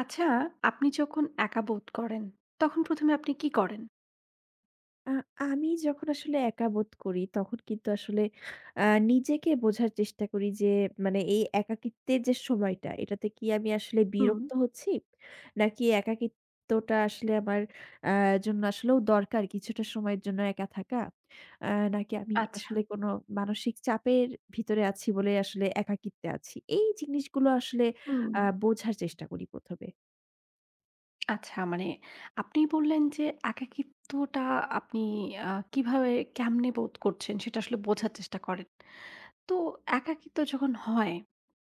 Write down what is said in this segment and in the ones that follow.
আচ্ছা, আপনি যখন একা বোধ করেন, তখন ১ম এ আপনি কি করেন? আ আমি যখন আসলে একা বোধ করি তখন কিন্তু আসলে আ নিজেকে বোঝার চেষ্টা করি যে, মানে এই একাকিত্বের যে সময়টা, এটাতে কি আমি আসলে হুম। বিরক্ত হচ্ছি? নাকি একাকিত্বটা আসলে আমার আ জন্য আসলেও দরকার কিছুটা সময়ের জন্য একা থাকা? আ নাকি আমি আচ্ছা, আসলে কোনো মানসিক চাপের ভিতরে আছি বলে আসলে একাকিত্বে আছি। এই জিনিসগুলো আসলে হুম। বোঝার চেষ্টা করি ১ম এ। আচ্ছা মানে আপনি বললেন যে একাকিত্বটা আপনি কিভাবে কেমনে বোধ করছেন সেটা আসলে বোঝার চেষ্টা করেন। তো একাকিত্ব যখন হয়,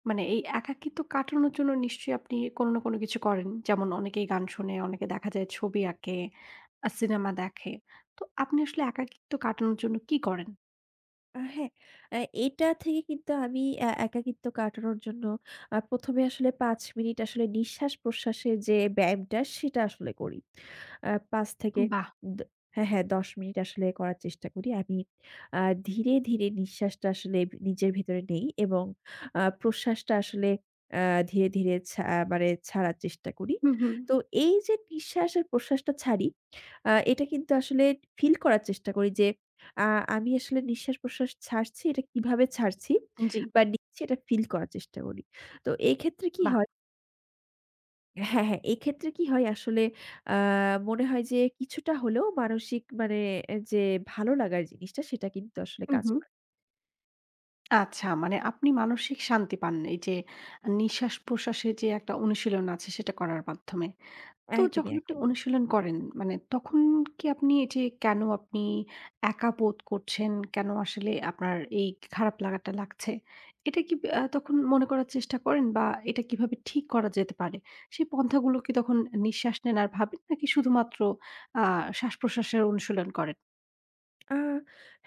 মানে এই একাকিত্ব কাটানোর জন্য নিশ্চয়ই আপনি কোনো না কোনো কিছু করেন। যেমন অনেকেই গান শোনে, অনেকে দেখা যায় ছবি আঁকে, সিনেমা দেখে। তো আপনি আসলে একাকিত্ব কাটানোর জন্য কি করেন? হ্যাঁ, আ এটা থেকে কিন্তু আমি একাকিত্ব কাটানোর জন্য ১ম এ আসলে ৫ মিনিট আসলে নিঃশ্বাস-প্রশ্বাসের যে ব্যায়ামটা সেটা আসলে করি। আ ৫ থেকে বাহ! দ হ্যাঁ, হ্যাঁ ১০ মিনিট আসলে করার চেষ্টা করি। আমি আ ধীরে, ধীরে নিঃশ্বাসটা আসলে নিজের ভেতরে নেই, এবং প্রশ্বাসটা আসলে আ ধীরে, ধীরে মানে ছাড়ার চেষ্টা করি। হুম, হুম। তো এই যে নিঃশ্বাস আর প্রশ্বাসটা ছাড়ি, এটা কিন্তু আসলে ফিল করার চেষ্টা করি যে আ আমি আসলে নিঃশ্বাস-প্রশ্বাস ছাড়ছি, এটা কিভাবে ছাড়ছি জি, বা নিচ্ছি, এটা ফিল করার চেষ্টা করি। তো এই ক্ষেত্রে কি বাহ! হয়। হ্যাঁ, হ্যাঁ, এক্ষেত্রে কি হয় আসলে, আ মনে হয় যে কিছুটা হলেও মানসিক, মানে যে ভালো লাগার জিনিসটা সেটা কিন্তু আসলে হুম, কাজ হুম। করে। আচ্ছা, মানে আপনি মানসিক শান্তি পান এই যে নিঃশ্বাস-প্রশ্বাসের যে একটা অনুশীলন আছে সেটা করার মাধ্যমে। তো একদমই, যখন আপনি একদমই। অনুশীলন করেন মানে তখন কি আপনি এই যে কেন আপনি একা বোধ করছেন, কেন আসলে আপনার এই খারাপ লাগাটা লাগছে, এটা কি তখন মনে করার চেষ্টা করেন বা এটা কিভাবে ঠিক করা যেতে পারে? সেই পন্থাগুলো কি তখন নিঃশ্বাস নেন আর ভাবেন নাকি শুধুমাত্র আ শ্বাস-প্রশ্বাসের অনুশীলন করেন? আ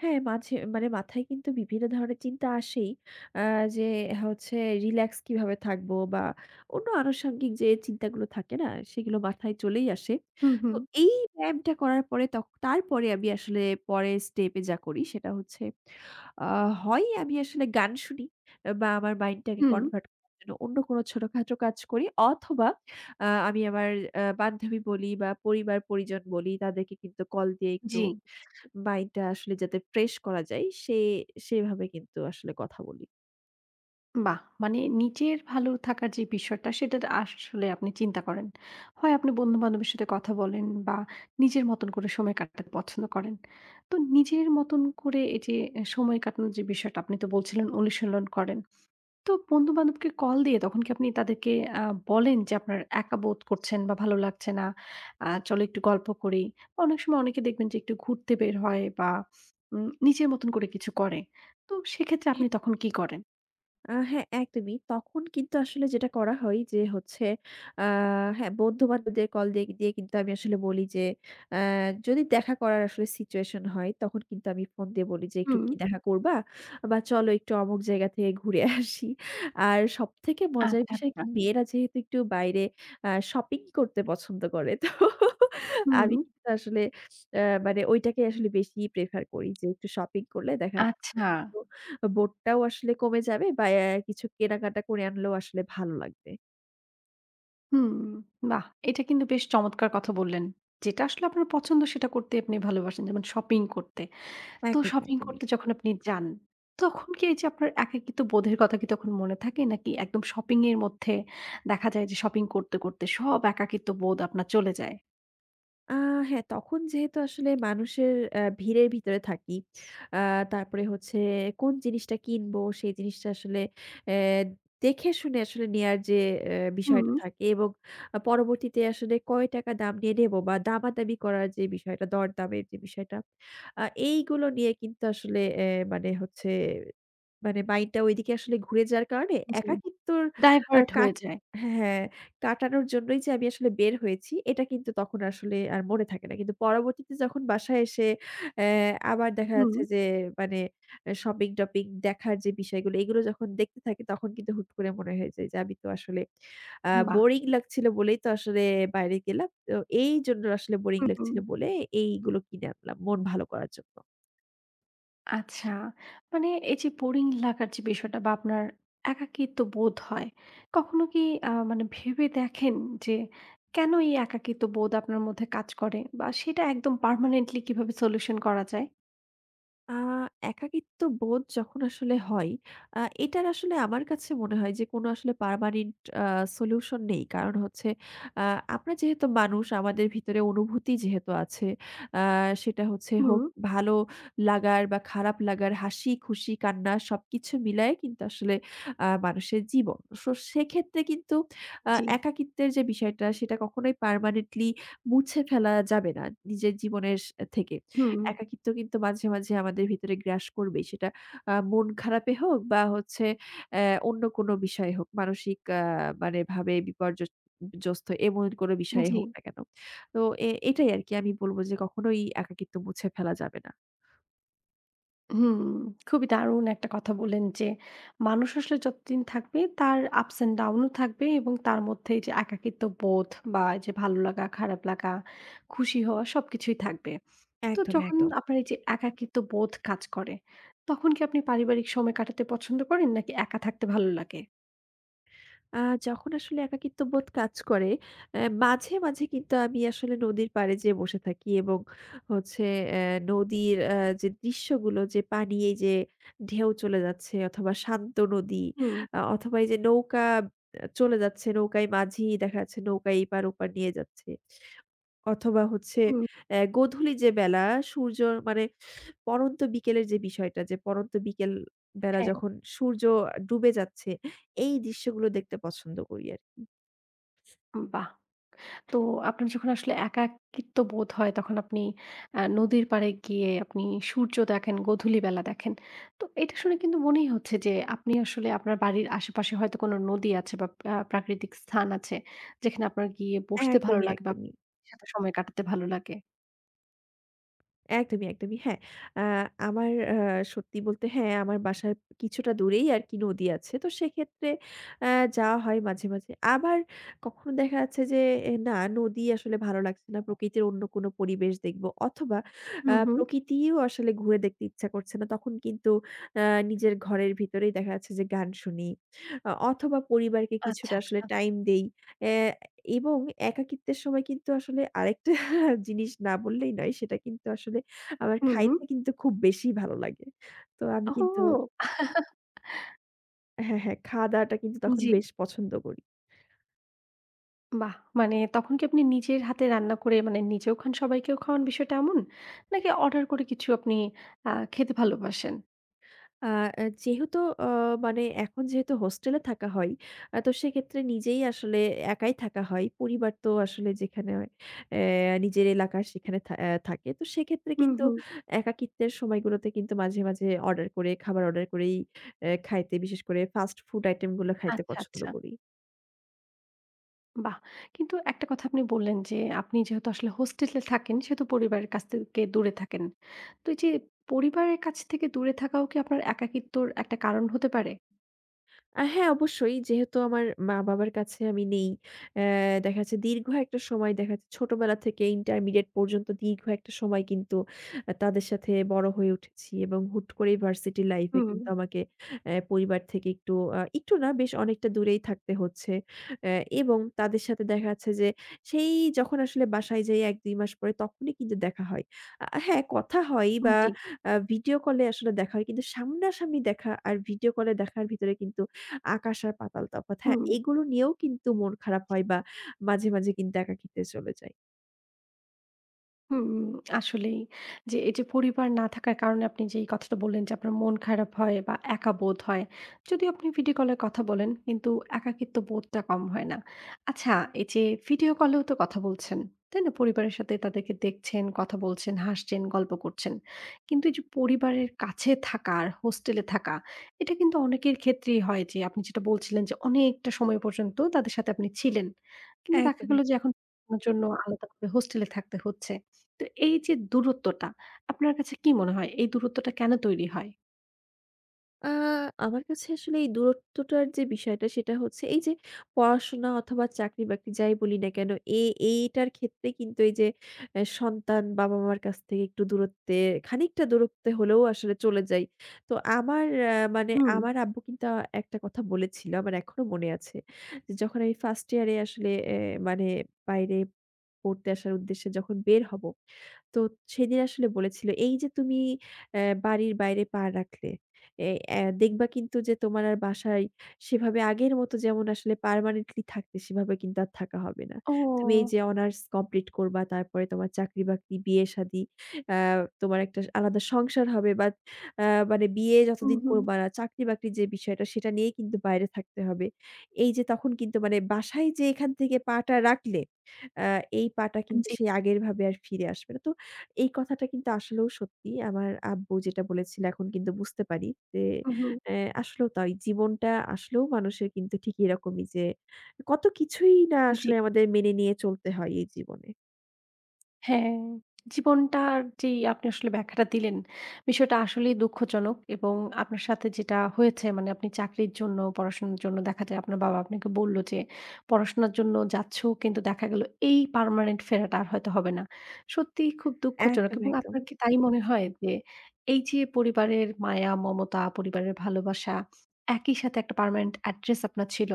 হ্যাঁ, মাঝে মানে মাথায় কিন্তু বিভিন্ন ধরনের চিন্তা আসেই। আ যে হচ্ছে রিল্যাক্স কিভাবে থাকবো, বা অন্য আনুষঙ্গিক যে চিন্তাগুলো থাকে না, সেগুলো মাথায় চলেই আসে। হুম, তো হুম। এই ব্যায়ামটা করার পরে তারপরে আমি আসলে পরের স্টেপে যা করি সেটা হচ্ছে, আ হয় আমি আসলে গান শুনি বা আমার মাইন্ডটাকে হুম, কনভার্ট করার জন্য অন্য কোনো ছোটখাটো কাজ করি, অথবা আমি আমার বান্ধবী বলি বা পরিবার-পরিজন বলি তাদেরকে কিন্তু কল দিয়ে একটু জি। মাইন্ডটা আসলে যাতে ফ্রেশ করা যায় সেভাবে কিন্তু আসলে কথা বলি। বাহ! মানে নিজের ভালো থাকার যে বিষয়টা সেটা আসলে আপনি চিন্তা করেন। হয় আপনি বন্ধু-বান্ধবের সাথে কথা বলেন বা নিজের মতন করে সময় কাটাতে পছন্দ করেন। তো নিজের মতন করে এই যে সময় কাটানোর যে বিষয়টা আপনি তো বলছিলেন অনুশীলন করেন। তো বন্ধু-বান্ধবকে কল দিয়ে তখন কি আপনি তাদেরকে আ বলেন যে আপনার একা বোধ করছেন বা ভালো লাগছে না, চলো একটু গল্প করি। অনেক সময় অনেকে দেখবেন যে একটু ঘুরতে বের হয় বা নিজের মতন করে কিছু করে। তো সেক্ষেত্রে আপনি তখন কি করেন? হ্যাঁ, একদমই। তখন কিন্তু আসলে যেটা করা হয় যে হচ্ছে, আ হ্যাঁ, বন্ধু-বান্ধবদের কল দিয়ে দিয়ে কিন্তু আমি আসলে বলি যে, আ যদি দেখা করার আসলে সিচুয়েশন হয় তখন কিন্তু আমি ফোন দিয়ে বলি যে, "একটু হুম। কি দেখা করবা? বা চলো একটু অমুক জায়গা থেকে ঘুরে আসি।" আর সবথেকে মজার আচ্ছা, বিষয় আচ্ছা। কি, মেয়েরা যেহেতু একটু বাইরে শপিং করতে পছন্দ করে, তো হুম, আমি কিন্তু আসলে আ মানে ওইটাকে আসলে বেশি প্রেফার করি যে, একটু শপিং করলে দেখা যাচ্ছে আচ্ছা। বোর্ডটাও আসলে কমে যাবে, বা কিছু কেনাকাটা করে আনলেও আসলে ভালো লাগবে। হুম, বাহ! এটা কিন্তু বেশ চমৎকার কথা বললেন। যেটা আসলে আপনার পছন্দ সেটা করতে আপনি ভালোবাসেন। যেমন শপিং করতে। তো একদমই, শপিং একদমই। করতে যখন আপনি যান, তখন কি এই যে আপনার একাকিত্ব বোধের কথা কি তখন মনে থাকে? নাকি একদম শপিং এর মধ্যে দেখা যায় যে শপিং করতে, করতে সব একাকিত্ব বোধ আপনার চলে যায়? আ হ্যাঁ, তখন যেহেতু আসলে মানুষের ভিড়ের ভিতরে থাকি। আ তারপরে হচ্ছে কোন জিনিসটা কিনবো, সেই জিনিসটা আসলে অ্যা দেখে শুনে আসলে নেয়ার যে হুম, বিষয়টা থাকে, এবং পরবর্তীতে আসলে কয় টাকা দাম দিয়ে নেবো বা দামাদামি করার যে বিষয়টা, দরদামের যে বিষয়টা, এইগুলো নিয়ে কিন্তু আসলে, মানে হচ্ছে মানে মাইন্ডটা ঐদিকে আসলে ঘুরে যাওয়ার কারণে জি। একাকিত্বর আ ডাইভার্ট কাট হয়ে যায়। হ্যাঁ। হ্যাঁ, কাটানোর জন্যই যে আমি আসলে বের হয়েছি, এটা কিন্তু তখন আসলে আর মনে থাকে না। কিন্তু পরবর্তীতে যখন বাসায় এসে অ্যা আবার দেখা হুম, যাচ্ছে যে, মানে শপিং-টপিং দেখার যে বিষয়গুলো, এগুলো যখন দেখতে থাকি তখন কিন্তু হুট করে মনে হয়ে যায় যে, আমি তো আসলে বাহ! বোরিং লাগছিল বলেই তো আসলে বাইরে গেলাম। তো এইজন্য আসলে বোরিং হু, হুম। লাগছিল বলে এইগুলো কিনে আনলাম মন ভালো করার জন্য। আচ্ছা। মানে এই যে বোরিং লাগার যে বিষয়টা বা আপনার একাকিত্ব বোধ হয়, কখনো কি মানে ভেবে দেখেন যে কেন এই একাকিত্ব বোধ আপনার মধ্যে কাজ করে? বা সেটা একদম পার্মানেন্টলি কিভাবে সলিউশন করা যায়? আ একাকিত্ব বোধ যখন আসলে হয়, এটার আসলে আমার কাছে মনে হয় যে, কোনো আসলে পার্মানেন্ট আ সলিউশন নেই। কারণ হচ্ছে, আ আমরা যেহেতু মানুষ, আমাদের ভিতরে অনুভূতি যেহেতু আছে, আ সেটা হচ্ছে হুম, হোক ভালো লাগার বা খারাপ লাগার, হাসি-খুশি, কান্না, সবকিছু মিলায়ে কিন্তু আসলে মানুষের জীবন। সো সেক্ষেত্রে কিন্তু জি, একাকিত্বের যে বিষয়টা সেটা কখনোই পার্মানেন্টলি মুছে ফেলা যাবে না নিজের জীবনের থেকে। হুম, একাকিত্ব কিন্তু মাঝে, মাঝে আমাদের ভিতরে গ্রাস করবেই। সেটা মন খারাপে হোক বা হচ্ছে অ্যা অন্য কোনো বিষয়ে হোক, মানসিক মানে ভাবে জস্ত এমন কোনো বিষয়ে জি, হোক না কেন। তো এটাই আরকি আমি বলব যে কখনোই একাকিত্ব মুছে ফেলা যাবে না। হুম। খুবই দারুণ একটা কথা বললেন যে মানুষ আসলে যতদিন থাকবে তার আপস অ্যান্ড ডাউন ও থাকবে এবং তার মধ্যে এই যে একাকিত্ব বোধ বা এই যে ভালো লাগা, খারাপ লাগা, খুশি হওয়া সবকিছুই থাকবে। তো একদম, যখন একদম। আপনার এই যে একাকিত্ব বোধ কাজ করে, তখন কি আপনি পারিবারিক সময় কাটাতে পছন্দ করেন নাকি একা থাকতে ভালো লাগে? আ যখন আসলে একাকিত্ব বোধ কাজ করে, মাঝে, মাঝে কিন্তু আমি আসলে নদীর পাড়ে যেয়ে বসে থাকি, এবং হচ্ছে অ্যা নদীর যে দৃশ্যগুলো, যে পানি এই যে ঢেউ চলে যাচ্ছে অথবা শান্ত নদী, হুম, অথবা এই যে নৌকা চলে যাচ্ছে, নৌকায় মাঝি দেখা যাচ্ছে নৌকা এপার ওপার নিয়ে যাচ্ছে। অথবা হচ্ছে হুম। গোধূলি যে বেলা সূর্য, মানে পড়ন্ত বিকেলের যে বিষয়টা, যে পড়ন্ত বিকেল বেলা হ্যাঁ, যখন সূর্য ডুবে যাচ্ছে, এই দৃশ্যগুলো দেখতে পছন্দ করি আরকি। বাহ! তো আপনার যখন আসলে একাকিত্ব বোধ হয় তখন আপনি নদীর পাড়ে গিয়ে আপনি সূর্য দেখেন, গোধূলি বেলা দেখেন। তো এটা শুনে কিন্তু মনেই হচ্ছে যে আপনি আসলে আপনার বাড়ির আশেপাশে হয়তো কোনো নদী আছে বা প্রাকৃতিক স্থান আছে যেখানে আপনার গিয়ে বসতে ভালো একদমই, লাগে বা একদমই। প্রকৃতির সাথে সময় কাটাতে ভালো লাগে। একদমই, একদমই। হ্যাঁ, আ আমার সত্যি বলতে, হ্যাঁ, আমার বাসার কিছুটা দূরেই আরকি নদী আছে। তো সেক্ষেত্রে আ যাওয়া হয় মাঝে, মাঝে। আবার কখনো দেখা যাচ্ছে যে, না, নদী আসলে ভালো লাগছে না। প্রকৃতির অন্য কোনো পরিবেশ দেখব, অথবা হুম, হুম। প্রকৃতিও আসলে ঘুরে দেখতে ইচ্ছা করছে না। তখন কিন্তু আ নিজের ঘরের ভিতরেই দেখা যাচ্ছে যে গান শুনি অথবা পরিবারকে আচ্ছা, কিছুটা আসলে আচ্ছা। টাইম দেই। অ্যা এবং একাকিত্বের সময় কিন্তু আসলে আরেকটা জিনিস না বললেই নয়। সেটা কিন্তু আসলে, আমার হুম। খাইতে কিন্তু খুব বেশি ভালো লাগে। তো আমি কিন্তু ওহো! হ্যাঁ, হ্যাঁ, খাওয়া-দাওয়াটা কিন্তু তখন জি, বেশ পছন্দ করি। বাহ! মানে তখন কি আপনি নিজের হাতে রান্না করে মানে নিজেও খান, সবাইকেও খাওয়ান বিষয়টা এমন? নাকি অর্ডার করে কিছু আপনি খেতে ভালোবাসেন? আ অ্যা যেহেতু অ মানে এখন যেহেতু হোস্টেলে থাকা হয়, তো সেক্ষেত্রে নিজেই আসলে একাই থাকা হয়। পরিবার তো আসলে যেখানে নিজের এলাকা, সেখানে থা অ্যা থাকে। তো সেক্ষেত্রে হুম, কিন্তু হুম। একাকিত্বের সময়গুলোতে কিন্তু মাঝে, মাঝে অর্ডার করে, খাবার অর্ডার করেই খাইতে, বিশেষ করে ফাস্ট ফুড আইটেম গুলো খাইতে আচ্ছা, পছন্দ আচ্ছা। করি। বাহ! কিন্তু একটা কথা আপনি বললেন যে আপনি যেহেতু আসলে হোস্টেলে থাকেন সেহেতু পরিবারের কাছ থেকে দূরে থাকেন। তো এই যে পরিবারের কাছ থেকে দূরে থাকাও কি আপনার একাকিত্বর একটা কারণ হতে পারে? হ্যাঁ, অবশ্যই। যেহেতু আমার মা-বাবার কাছে আমি নেই। অ্যা দেখা যাচ্ছে দীর্ঘ একটা সময়, দেখা যাচ্ছে ছোটবেলা থেকে ইন্টারমিডিয়েট পর্যন্ত দীর্ঘ একটা সময় কিন্তু তাদের সাথে বড় হয়ে উঠেছি, এবং হুট করেই ভার্সিটি লাইফ এ হুম, কিন্তু আমাকে পরিবার থেকে একটু না, বেশ অনেকটা দূরেই থাকতে হচ্ছে। অ্যা এবং তাদের সাথে দেখা যাচ্ছে যে, সেই যখন আসলে বাসায় যাই ১-২ মাস পরে, তখনই কিন্তু দেখা হয়। হ্যাঁ, কথা হয়, বা জি, ভিডিও কলে আসলে দেখা হয়। কিন্তু সামনাসামনি দেখা আর ভিডিও কলে দেখার ভিতরে কিন্তু আকাশ আর পাতাল তফাৎ। হ্যাঁ, হুম। এগুলো নিয়েও কিন্তু মন খারাপ হয় বা মাঝে, মাঝে কিন্তু একাকিত্বে চলে যাই। হুম, আসলেই। যে এই যে পরিবার না থাকার কারণে আপনি যেই কথাটা বললেন যে আপনার মন খারাপ হয় বা একা বোধ হয়। যদিও আপনি ভিডিও কলে কথা বলেন কিন্তু একাকিত্ব বোধটা কম হয় না। আচ্ছা এই যে ভিডিও কলেও তো কথা বলছেন, তাই না? পরিবারের সাথে তাদেরকে দেখছেন, কথা বলছেন, হাসছেন, গল্প করছেন। কিন্তু এই যে পরিবারের কাছে থাকা আর হোস্টেলে থাকা এটা কিন্তু অনেকের ক্ষেত্রেই হয় যে আপনি যেটা বলছিলেন যে অনেকটা সময় পর্যন্ত তাদের সাথে আপনি ছিলেন। কিন্তু একদম, দেখা গেল যে একদম। এখন পড়াশোনার জন্য আলাদা করে হোস্টেলে থাকতে হচ্ছে। তো এই যে দূরত্বটা, আপনার কাছে কি মনে হয় এই দূরত্বটা কেন তৈরি হয়? আ আমার কাছে আসলে এই দূরত্বটার যে বিষয়টা সেটা হচ্ছে, এই যে পড়াশোনা অথবা চাকরি-বাকরি যাই বলি না কেন, এ এইটার ক্ষেত্রে কিন্তু এই যে সন্তান বাবা-মার কাছ থেকে একটু দূরত্বে, খানিকটা দূরত্বে হলেও আসলে চলে যাই। তো আমার আ মানে হুম। আমার আব্বু কিন্তু একটা কথা বলেছিল, আমার এখনো মনে আছে। যে যখন আমি 1st ইয়ারে আসলে মানে বাইরে পড়তে আসার উদ্দেশ্যে যখন বের হব, তো সেদিন আসলে বলেছিল, "এই যে তুমি বাড়ির বাইরে পা রাখলে, এ অ্যা দেখবা কিন্তু যে তোমার আর বাসায় সেভাবে আগের মতো যেমন আসলে পার্মানেন্টলি থাকতে, সেভাবে কিন্তু আর থাকা হবে না। তুমি এই ও! যে অনার্স কমপ্লিট করবা, তারপরে তোমার চাকরি-বাকরি, বিয়ে-শাদী, আ তোমার একটা আলাদা সংসার হবে, বা আ মানে বিয়ে হু, যতদিন হুম। করবা না, চাকরি-বাকরির যে বিষয়টা সেটা নিয়ে কিন্তু বাইরে থাকতে হবে। এই যে তখন কিন্তু, মানে বাসায় যে এখান থেকে পা টা রাখলে, আ এই পা টা কিন্তু জি। সেই আগের ভাবে আর ফিরে আসবে না।" তো এই কথাটা কিন্তু আসলেও সত্যি। আমার আব্বু যেটা বলেছিল এখন কিন্তু বুঝতে পারি যে, হু, হুম। অ্যা আসলেও তাই। জীবনটা আসলেও মানুষের কিন্তু ঠিক এরকমই যে, কত কিছুই না জি। আসলে আমাদের মেনে নিয়ে চলতে হয় এই জীবনে। হ্যাঁ, জীবনটার যেই আপনি আসলে ব্যাখ্যাটা দিলেন, বিষয়টা আসলেই দুঃখজনক এবং আপনার সাথে যেটা হয়েছে মানে আপনি চাকরির জন্য, পড়াশোনার জন্য দেখা যায় আপনার বাবা আপনাকে বলল যে, "পড়াশোনার জন্য যাচ্ছ কিন্তু দেখা গেল এই পার্মানেন্ট ফেরাটা আর হয়তো হবে না।" সত্যিই খুব দুঃখজনক একদম, এবং একদম। আপনার কি তাই মনে হয় যে এই যে পরিবারের মায়া, মমতা, পরিবারের ভালোবাসা, একই সাথে একটা পার্মানেন্ট অ্যাড্রেস আপনার ছিল।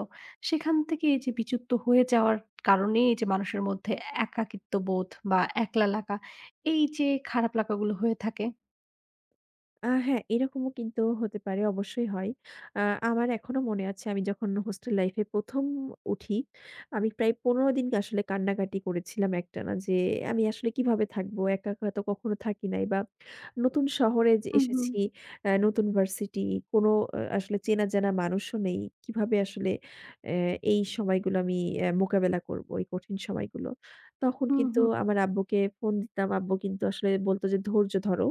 সেখান থেকে এই যে বিচ্যুত হয়ে যাওয়ার কারণে এই যে মানুষের মধ্যে একাকিত্ব বোধ বা একলা লাগা, এই যে খারাপ লাগাগুলো হয়ে থাকে? হ্যাঁ, এরকমও কিন্তু হতে পারে, অবশ্যই হয়। আ আমার এখনো মনে আছে, আমি যখন হোস্টেল লাইফে ১ম উঠি, আমি প্রায় ১৫ দিন আসলে কান্নাকাটি করেছিলাম একটানা যে, "আমি আসলে কিভাবে থাকবো? একা, একা তো কখনো থাকি নাই।" বা নতুন শহরে যে হুম, হুম। এসেছি, নতুন ভার্সিটি, কোনো আসলে চেনা জানা মানুষও নেই। কিভাবে আসলে অ্যা এই সময়গুলো আমি মোকাবেলা করবো, এই কঠিন সময়গুলো? তখন হুম, কিন্তু হুম। আমার আব্বুকে ফোন দিতাম, আব্বু কিন্তু আসলে বলত যে, "ধৈর্য ধরো।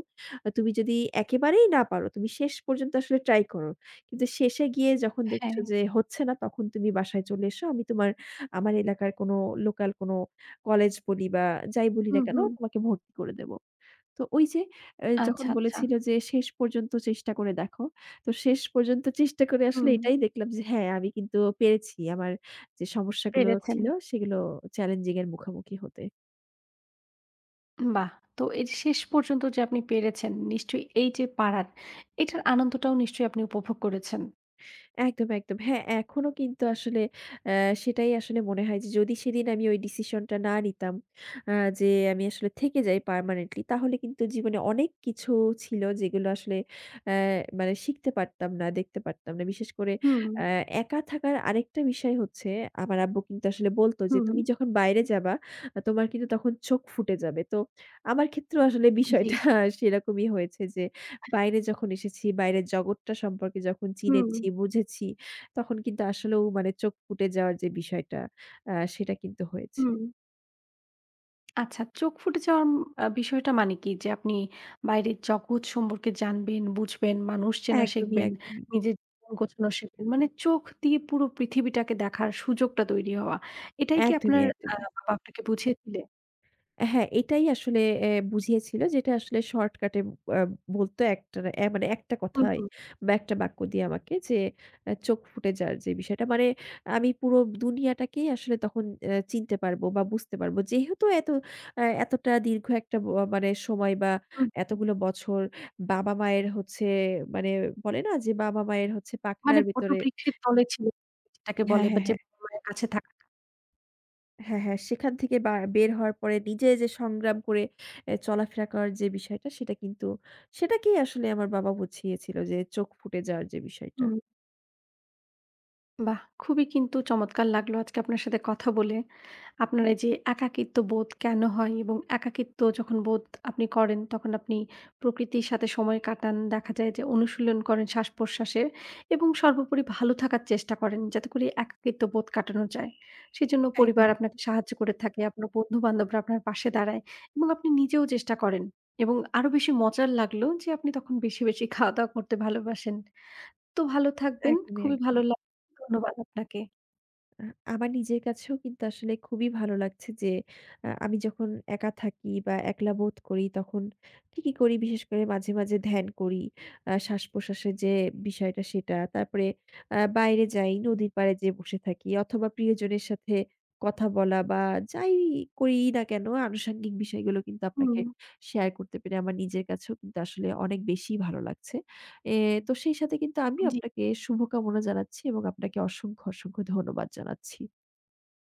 তুমি যদি একেবারেই না পারো, তুমি শেষ পর্যন্ত আসলে ট্রাই করো। কিন্তু শেষে গিয়ে যখন হ্যাঁ। দেখছো যে হচ্ছে না, তখন তুমি বাসায় চলে এসো। আমি তোমার আমার এলাকার কোনো লোকাল কোনো কলেজ বলি বা যাই বলি না হুম, কেন, হুম। তোমাকে ভর্তি করে দেব।" তো ওই যে, যখন আচ্ছা, আচ্ছা। বলেছিল যে শেষ পর্যন্ত চেষ্টা করে দেখো। তো শেষ পর্যন্ত চেষ্টা করে আসলে হুম, এটাই দেখলাম যে, হ্যাঁ, আমি কিন্তু পেরেছি আমার যে সমস্যাগুলো পেরেছেন। ছিল, সেগুলো চ্যালেঞ্জিং এর মুখোমুখি হতে। বাহ! তো এই যে শেষ পর্যন্ত যে আপনি পেরেছেন, নিশ্চয়ই এই যে পারার, এটার আনন্দটাও নিশ্চয়ই আপনি উপভোগ করেছেন? একদম, একদম। হ্যাঁ, এখনো কিন্তু আসলে অ্যা সেটাই আসলে মনে হয় যে, যদি সেদিন আমি ওই ডিসিশনটা না নিতাম, আ যে আমি আসলে থেকে যাই পার্মানেন্টলি, তাহলে কিন্তু জীবনে অনেক কিছু ছিল যেগুলো আসলে অ্যা মানে শিখতে পারতাম না, দেখতে পারতাম না। বিশেষ করে, হুম, অ্যা একা থাকার আরেকটা বিষয় হচ্ছে, আমার আব্বু কিন্তু আসলে বলত যে, হুম, "তুমি যখন বাইরে যাবা, তোমার কিন্তু তখন চোখ ফুটে যাবে।" তো আমার ক্ষেত্রেও আসলে জি। বিষয়টা সেরকমই হয়েছে যে, বাইরে যখন এসেছি, বাইরের জগৎটা সম্পর্কে যখন হুম, চিনেছি, বুঝেছি, তখন কিন্তু আসলেও মানে চোখ ফুটে যাওয়ার যে বিষয়টা, সেটা কিন্তু হয়েছে। হুম। আচ্ছা, চোখ ফুটে যাওয়ার উম আ বিষয়টা মানে কি? যে আপনি বাইরের জগৎ সম্পর্কে জানবেন, বুঝবেন, মানুষ চেনা একদমই, শিখবেন, একদমই। নিজের জীবন গোছানো শিখবেন। মানে চোখ দিয়ে পুরো পৃথিবীটাকে দেখার সুযোগটা তৈরি হওয়া। এটাই কি একদমই, আপনার একদমই। বাবা আপনাকে বুঝিয়েছিলেন? হ্যাঁ, এটাই আসলে বুঝিয়েছিল, যেটা আসলে শর্টকাটে আ বলতো একটা মানে একটা হুম, কথায় হুম, বা একটা বাক্য দিয়ে আমাকে, যে চোখ ফুটে যাওয়ার যে বিষয়টা, মানে আমি পুরো দুনিয়াটাকেই আসলে তখন চিনতে পারবো বা বুঝতে পারবো। যেহেতু এত আ এতটা দীর্ঘ একটা মানে সময় বা হুম, হুম। এতগুলো বছর বাবা-মায়ের হচ্ছে, মানে বলে না যে, বাবা-মায়ের হচ্ছে মানে পাখনার ভিতরে। বটবৃক্ষের তলে ছিল যেটাকে হ্যাঁ, বলে বা হ্যাঁ, যে হ্যাঁ। বাবা-মায়ের কাছে থাকাটা। হ্যাঁ, হ্যাঁ। সেখান থেকে বা বের হওয়ার পরে নিজে যে সংগ্রাম করে চলাফেরা করার যে বিষয়টা, সেটা কিন্তু সেটাকেই আসলে আমার বাবা বুঝিয়েছিল, যে চোখ ফুটে যাওয়ার যে বিষয়টা। হুম। বাহ! খুবই কিন্তু চমৎকার লাগলো আজকে আপনার সাথে কথা বলে। আপনার এই যে একাকিত্ব বোধ কেন হয় এবং একাকিত্ব যখন বোধ আপনি করেন তখন আপনি প্রকৃতির সাথে সময় কাটান। দেখা যায় যে অনুশীলন করেন শ্বাস-প্রশ্বাসের এবং সর্বোপরি ভালো থাকার চেষ্টা করেন যাতে করে একাকিত্ব বোধ কাটানো যায়। সেজন্য একদম, পরিবার একদম, আপনাকে সাহায্য করে থাকে, আপনার বন্ধু-বান্ধবরা আপনার পাশে দাঁড়ায় এবং আপনি নিজেও চেষ্টা করেন এবং আরো বেশি মজার লাগলো যে আপনি তখন বেশি, বেশি খাওয়া-দাওয়া করতে ভালোবাসেন। তো ভালো থাকবেন। একদমই, খুবই ভালো একদমই। লাগলো। ধন্যবাদ আপনাকে। আ আমার নিজের কাছেও কিন্তু আসলে খুবই ভালো লাগছে যে, আমি যখন একা থাকি বা একলা বোধ করি তখন ঠিকই করি, বিশেষ করে মাঝে, মাঝে ধ্যান করি। শ্বাসপ্রশ্বাসের যে বিষয়টা সেটা। তারপরে বাইরে যাই, নদীর পাড়ে যেয়ে বসে থাকি, অথবা প্রিয়জনের সাথে কথা বলা, বা যাই করি না কেন আনুষঙ্গিক বিষয়গুলো কিন্তু হুম, আপনাকে শেয়ার করতে পেরে আমার নিজের কাছেও কিন্তু আসলে অনেক বেশি ভালো লাগছে। এ তো সেই সাথে কিন্তু আমিও জি। আপনাকে শুভকামনা জানাচ্ছি, এবং আপনাকে অসংখ্য, অসংখ্য ধন্যবাদ জানাচ্ছি।